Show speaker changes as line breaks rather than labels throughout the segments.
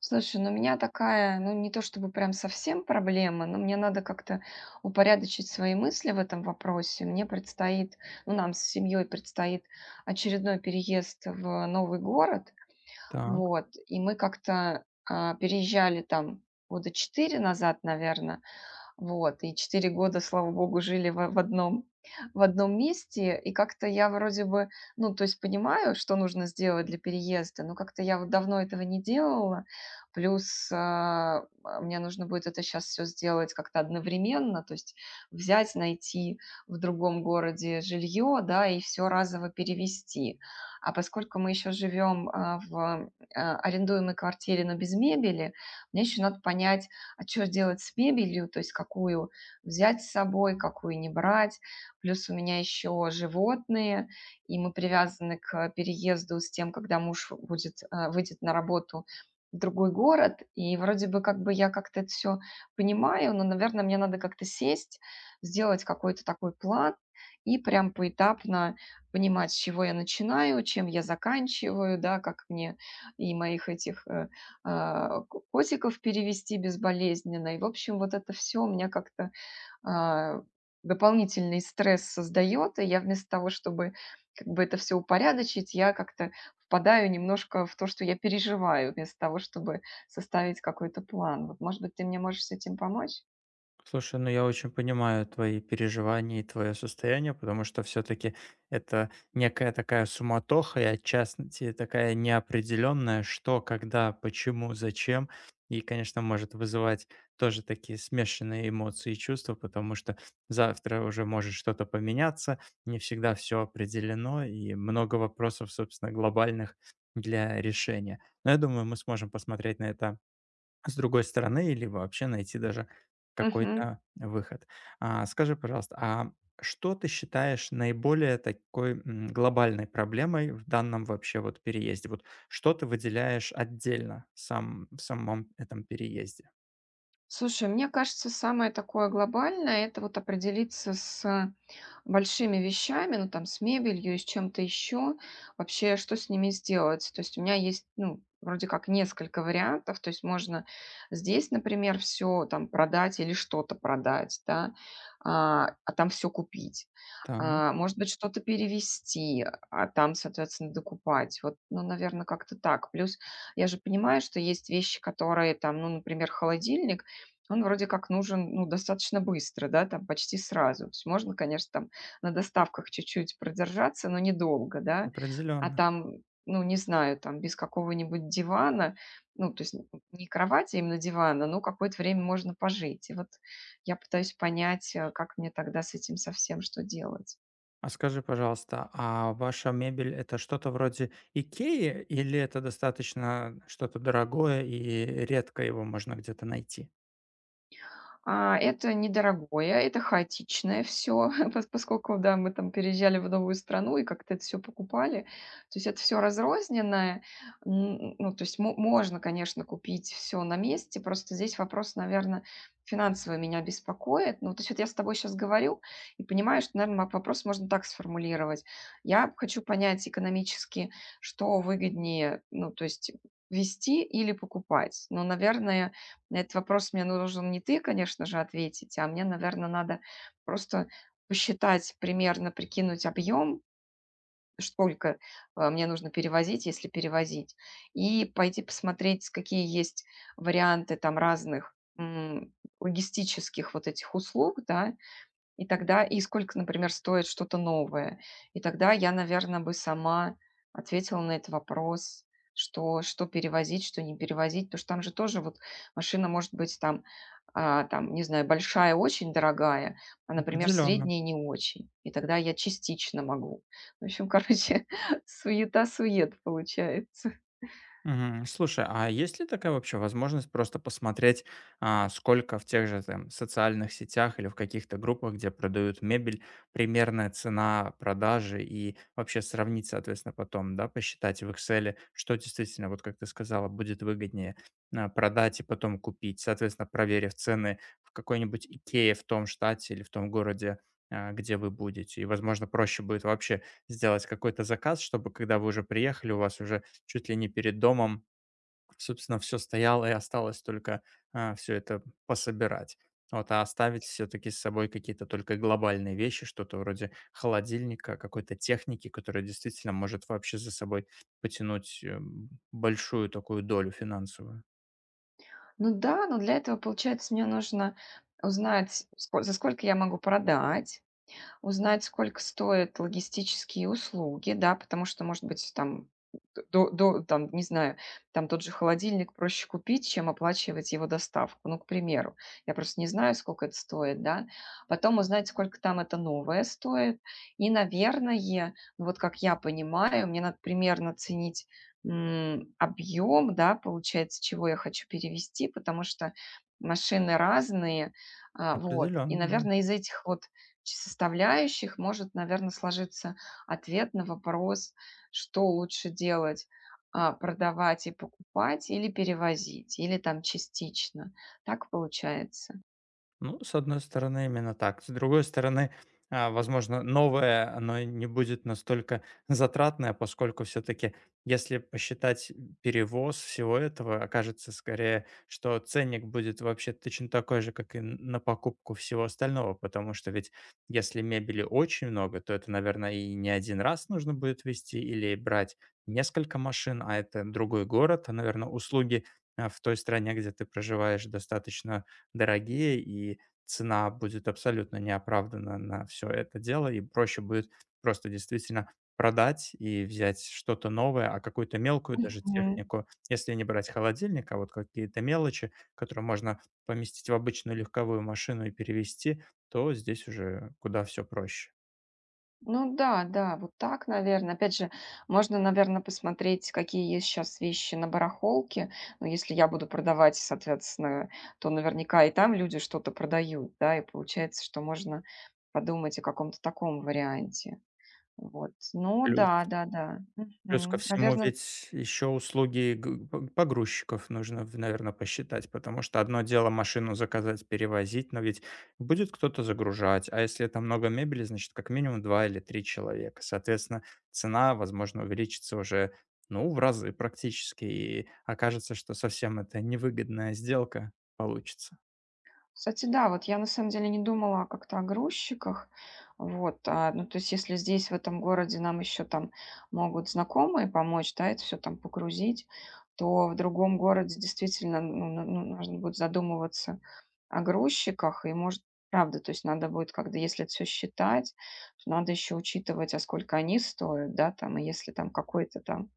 Слушай, ну у меня такая, ну не то чтобы прям совсем проблема, но мне надо как-то упорядочить свои мысли в этом вопросе. Мне предстоит, ну нам с семьей предстоит очередной переезд в новый город,
Так,
вот, и мы как-то переезжали там года четыре назад, наверное, вот, и 4 года, слава богу, жили в одном в одном месте, и как-то я вроде бы, ну, то есть понимаю, что нужно сделать для переезда, но как-то я вот давно этого не делала. Плюс, мне нужно будет это сейчас все сделать как-то одновременно, то есть взять, найти в другом городе жилье, да, и все разово перевести. А поскольку мы еще живем, арендуемой квартире, но без мебели, мне еще надо понять, а что делать с мебелью, то есть какую взять с собой, какую не брать. Плюс у меня еще животные, и мы привязаны к переезду с тем, когда муж будет, выйдет на работу в другой город, и вроде бы как бы я как-то это все понимаю, но, наверное, мне надо как-то сесть, сделать какой-то такой план и прям поэтапно понимать, с чего я начинаю, чем я заканчиваю, да, как мне и моих этих котиков перевести безболезненно. И, в общем, вот это все у меня как-то а, дополнительный стресс создает, и я вместо того, чтобы как бы это все упорядочить, я как-то впадаю немножко в то, что я переживаю, вместо того, чтобы составить какой-то план. Вот, может быть, ты мне можешь с этим помочь?
слушай, ну я очень понимаю твои переживания и твое состояние, потому что все-таки это некая такая суматоха и отчасти такая неопределенная, что, когда, почему, зачем. И, конечно, может вызывать тоже такие смешанные эмоции и чувства, потому что завтра уже может что-то поменяться, не всегда все определено, и много вопросов, собственно, глобальных для решения. Но я думаю, мы сможем посмотреть на это с другой стороны, либо вообще найти даже
Мгм.
какой-то выход. Скажи, пожалуйста, а что ты считаешь наиболее такой, глобальной проблемой в данном вообще вот переезде? Вот что ты выделяешь отдельно сам в самом этом переезде?
Слушай, мне кажется, самое такое глобальное- это вот определиться с большими вещами, ну, там, с мебелью и с чем-то еще. Вообще, что с ними сделать? То есть у меня есть, ну, вроде как несколько вариантов. То есть можно здесь, например, все там продать или что-то продать, да, а там все купить.
Так,
А, может быть, что-то перевести, а там, соответственно, докупать. Вот, ну, наверное как-то так. Плюс я же понимаю, что есть вещи, которые там, ну, например, холодильник, он вроде как нужен, ну, достаточно быстро, да, там почти сразу. То есть можно, конечно, там на доставках чуть-чуть продержаться, но недолго, да. А
определенно.
там, ну, не знаю, там без какого-нибудь дивана, ну, то есть не кровати, а именно дивана, ну какое-то время можно пожить. И вот я пытаюсь понять, как мне тогда с этим совсем что делать.
А скажи, пожалуйста, а ваша мебель — это что-то вроде «Икеи» или это достаточно что-то дорогое и редко его можно где-то найти?
А, это недорогое, это хаотичное все, поскольку, да, мы там переезжали в новую страну и как-то это все покупали. То есть это все разрозненное. Н Ну, то есть мо можно, конечно, купить все на месте, просто здесь вопрос, наверное, финансовый меня беспокоит. Ну, то есть вот я с тобой сейчас говорю и понимаю, что, наверное, вопрос можно так сформулировать. Я хочу понять экономически, что выгоднее, ну, то есть вести или покупать. Но, наверное, на этот вопрос мне нужен не ты, конечно же, ответить, а мне, наверное, надо просто посчитать примерно, прикинуть объем, сколько мне нужно перевозить, если перевозить, и пойти посмотреть, какие есть варианты там разных логистических вот этих услуг, да, и тогда и сколько, например, стоит что-то новое. И тогда я, наверное, бы сама ответила на этот вопрос, что, что перевозить, что не перевозить. Потому что там же тоже вот машина может быть там, а, там, не знаю, большая, очень дорогая, а, например,
Определенно.
средняя не очень. И тогда я частично могу. В общем, короче, суета-сует получается.
Мгм. Слушай, а есть ли такая вообще возможность просто посмотреть, сколько в тех же там социальных сетях или в каких-то группах, где продают мебель, примерная цена продажи и вообще сравнить, соответственно, потом, да, посчитать в Excel, что действительно, вот как ты сказала, будет выгоднее продать и потом купить, соответственно, проверив цены в какой-нибудь Икее в том штате или в том городе, где вы будете. И, возможно, проще будет вообще сделать какой-то заказ, чтобы когда вы уже приехали, у вас уже чуть ли не перед домом. Собственно, все стояло, и осталось только, все это пособирать. Вот, а оставить все таки с собой какие-то только глобальные вещи, что-то вроде холодильника, какой-то техники, которая действительно может вообще за собой потянуть, большую такую долю финансовую.
Ну да, но для этого, получается, мне нужно узнать, за сколько я могу продать, узнать, сколько стоят логистические услуги, да, потому что, может быть, там, там, не знаю, там тот же холодильник проще купить, чем оплачивать его доставку, ну, к примеру. Я просто не знаю, сколько это стоит, да. Потом узнать, сколько там это новое стоит. И, наверное, ну, вот как я понимаю, мне надо примерно ценить объем, да, получается, чего я хочу перевести, потому что машины разные, а, вот.
Определенно,
И,
да.
наверное, из этих вот составляющих может, наверное, сложиться ответ на вопрос, что лучше делать: а, продавать и покупать или перевозить, или там частично. Так получается?
Ну, с одной стороны, именно так. С другой стороны, возможно, новое, оно не будет настолько затратное, поскольку все-таки, если посчитать перевоз всего этого, окажется скорее, что ценник будет вообще точно такой же, как и на покупку всего остального, потому что ведь если мебели очень много, то это, наверное, и не один раз нужно будет вести или брать несколько машин, а это другой город, а, наверное, услуги в той стране, где ты проживаешь, достаточно дорогие, и цена будет абсолютно неоправдана на все это дело, и проще будет просто действительно продать и взять что-то новое, а какую-то мелкую даже
Мгм.
технику, если не брать холодильник, а вот какие-то мелочи, которые можно поместить в обычную легковую машину и перевезти, то здесь уже куда все проще.
Ну да, да, вот так, наверное. Опять же, можно, наверное, посмотреть, какие есть сейчас вещи на барахолке. Ну, если я буду продавать, соответственно, то наверняка и там люди что-то продают, да, и получается, что можно подумать о каком-то таком варианте. Вот. Ну да, да-да.
Плюс ко всему
Наверное.
ведь еще услуги г п погрузчиков нужно, наверное, посчитать, потому что одно дело машину заказать, перевозить, но ведь будет кто-то загружать, а если это много мебели, значит, как минимум 2 или 3 человека. Соответственно, цена, возможно, увеличится уже, ну, в разы практически, и окажется, что совсем это невыгодная сделка получится.
Кстати, да, вот я на самом деле не думала как-то о грузчиках. Вот, а, ну, то есть, если здесь, в этом городе, нам еще там могут знакомые помочь, да, это все там погрузить, то в другом городе действительно, ну, нужно будет задумываться о грузчиках. И, может, правда, то есть надо будет, когда если это всё считать, то надо еще учитывать, а сколько они стоят, да, там, и если там какой-то там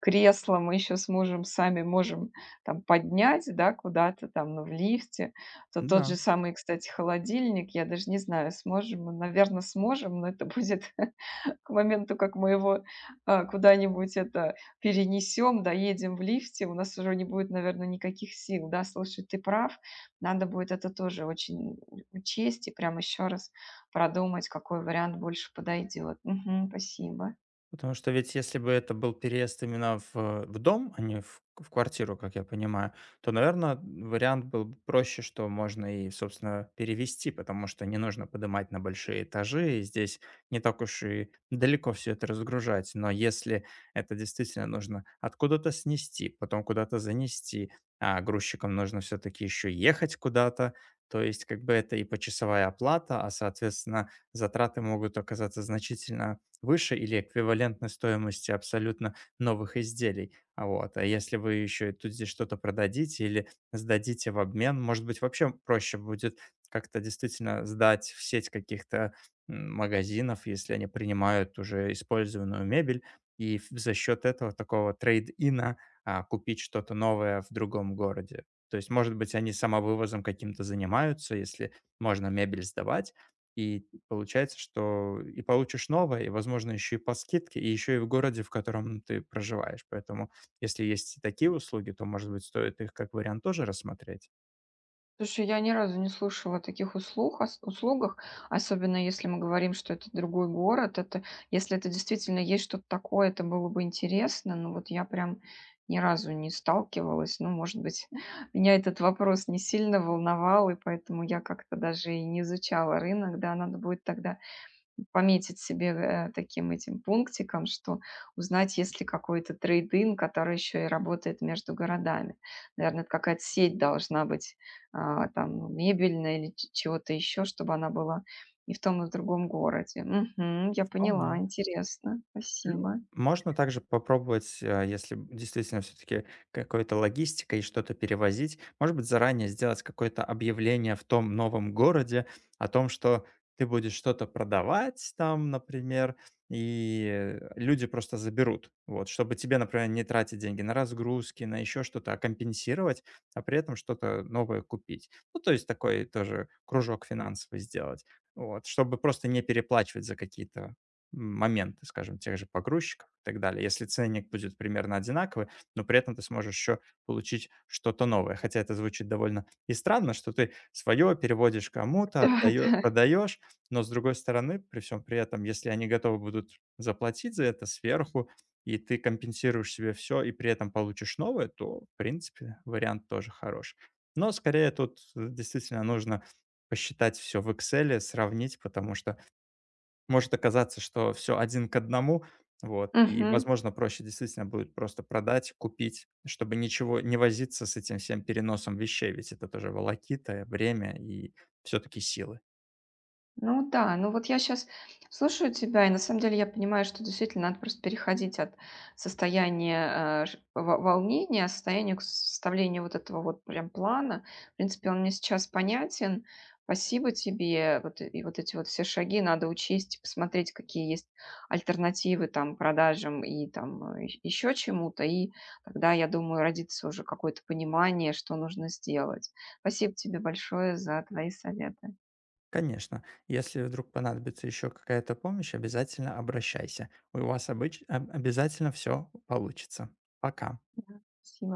кресло мы еще с мужем сами можем там поднять, да, куда-то там, ну, в лифте, то тот же
Да.
самый, кстати, холодильник, я даже не знаю, сможем мы, наверное, сможем, но это будет к моменту, как мы его куда-нибудь это перенесем, доедем в лифте, у нас уже не будет, наверное, никаких сил, да, слушай, ты прав, надо будет это тоже очень учесть и прям еще раз продумать, какой вариант больше подойдет. Мгм, спасибо.
Потому что ведь если бы это был переезд именно в дом, а не в квартиру, как я понимаю, то, наверное, вариант был бы проще, что можно и, собственно, перевести, потому что не нужно поднимать на большие этажи, и здесь не так уж и далеко все это разгружать. Но если это действительно нужно откуда-то снести, потом куда-то занести, а грузчикам нужно все-таки еще ехать куда-то, то есть как бы это и почасовая оплата, а, соответственно, затраты могут оказаться значительно выше или эквивалентной стоимости абсолютно новых изделий. Вот. А если вы еще и тут здесь что-то продадите или сдадите в обмен, может быть, вообще проще будет как-то действительно сдать в сеть каких-то магазинов, если они принимают уже использованную мебель, и за счет этого такого трейд-ина купить что-то новое в другом городе. То есть, может быть, они самовывозом каким-то занимаются, если можно мебель сдавать, и получается, что и получишь новое, и, возможно, еще и по скидке, и еще и в городе, в котором ты проживаешь. Поэтому, если есть и такие услуги, то, может быть, стоит их как вариант тоже рассмотреть?
Слушай, я ни разу не слышала о таких услуг, услугах, особенно если мы говорим, что это другой город. Это, если это действительно есть что-то такое, это было бы интересно, но вот я прям ни разу не сталкивалась. Ну, может быть, меня этот вопрос не сильно волновал, и поэтому я как-то даже и не изучала рынок. Да, надо будет тогда пометить себе, таким этим пунктиком, что узнать, есть ли какой-то трейд который еще и работает между городами. Наверное, это какая-то сеть должна быть, а, там ну, мебельная или чего-то еще, чтобы она была и в том, и в другом городе. Мгм, я поняла,
Вполне.
интересно,
Лю
спасибо.
Можно также попробовать, если действительно все таки какой-то логистикой что-то перевозить, может быть, заранее сделать какое-то объявление в том новом городе о том, что ты будешь что-то продавать там, например, и люди просто заберут. Вот, чтобы тебе, например, не тратить деньги на разгрузки, на еще что-то, а компенсировать, а при этом что-то новое купить. Ну, то есть такой тоже кружок финансовый сделать, вот, чтобы просто не переплачивать за какие-то моменты, скажем, тех же погрузчиков и так далее. Если ценник будет примерно одинаковый, но при этом ты сможешь еще получить что-то новое. Хотя это звучит довольно и странно, что ты свое переводишь кому-то,
Да, да.
продаешь, но с другой стороны, при всем при этом, если они готовы будут заплатить за это сверху, и ты компенсируешь себе все, и при этом получишь новое, то, в принципе, вариант тоже хорош. Но скорее тут действительно нужно посчитать все в Excel, сравнить, потому что может оказаться, что все один к одному, вот, и,
Мгм.
возможно, проще действительно будет просто продать, купить, чтобы ничего не возиться с этим всем переносом вещей, ведь это тоже волокита, время и все таки силы.
Ну да, ну вот я сейчас слушаю тебя, и на самом деле я понимаю, что действительно надо просто переходить от состояния волнения, состоянию к составлению вот этого вот прям плана. В принципе, он мне сейчас понятен. Спасибо тебе. Вот, и вот эти вот все шаги надо учесть, посмотреть, какие есть альтернативы там продажам и там еще чему-то. И тогда, я думаю, родится уже какое-то понимание, что нужно сделать. Спасибо тебе большое за твои советы.
Конечно, если вдруг понадобится еще какая-то помощь, обязательно обращайся. У вас обыч а обязательно все получится. Пока.
Спасибо.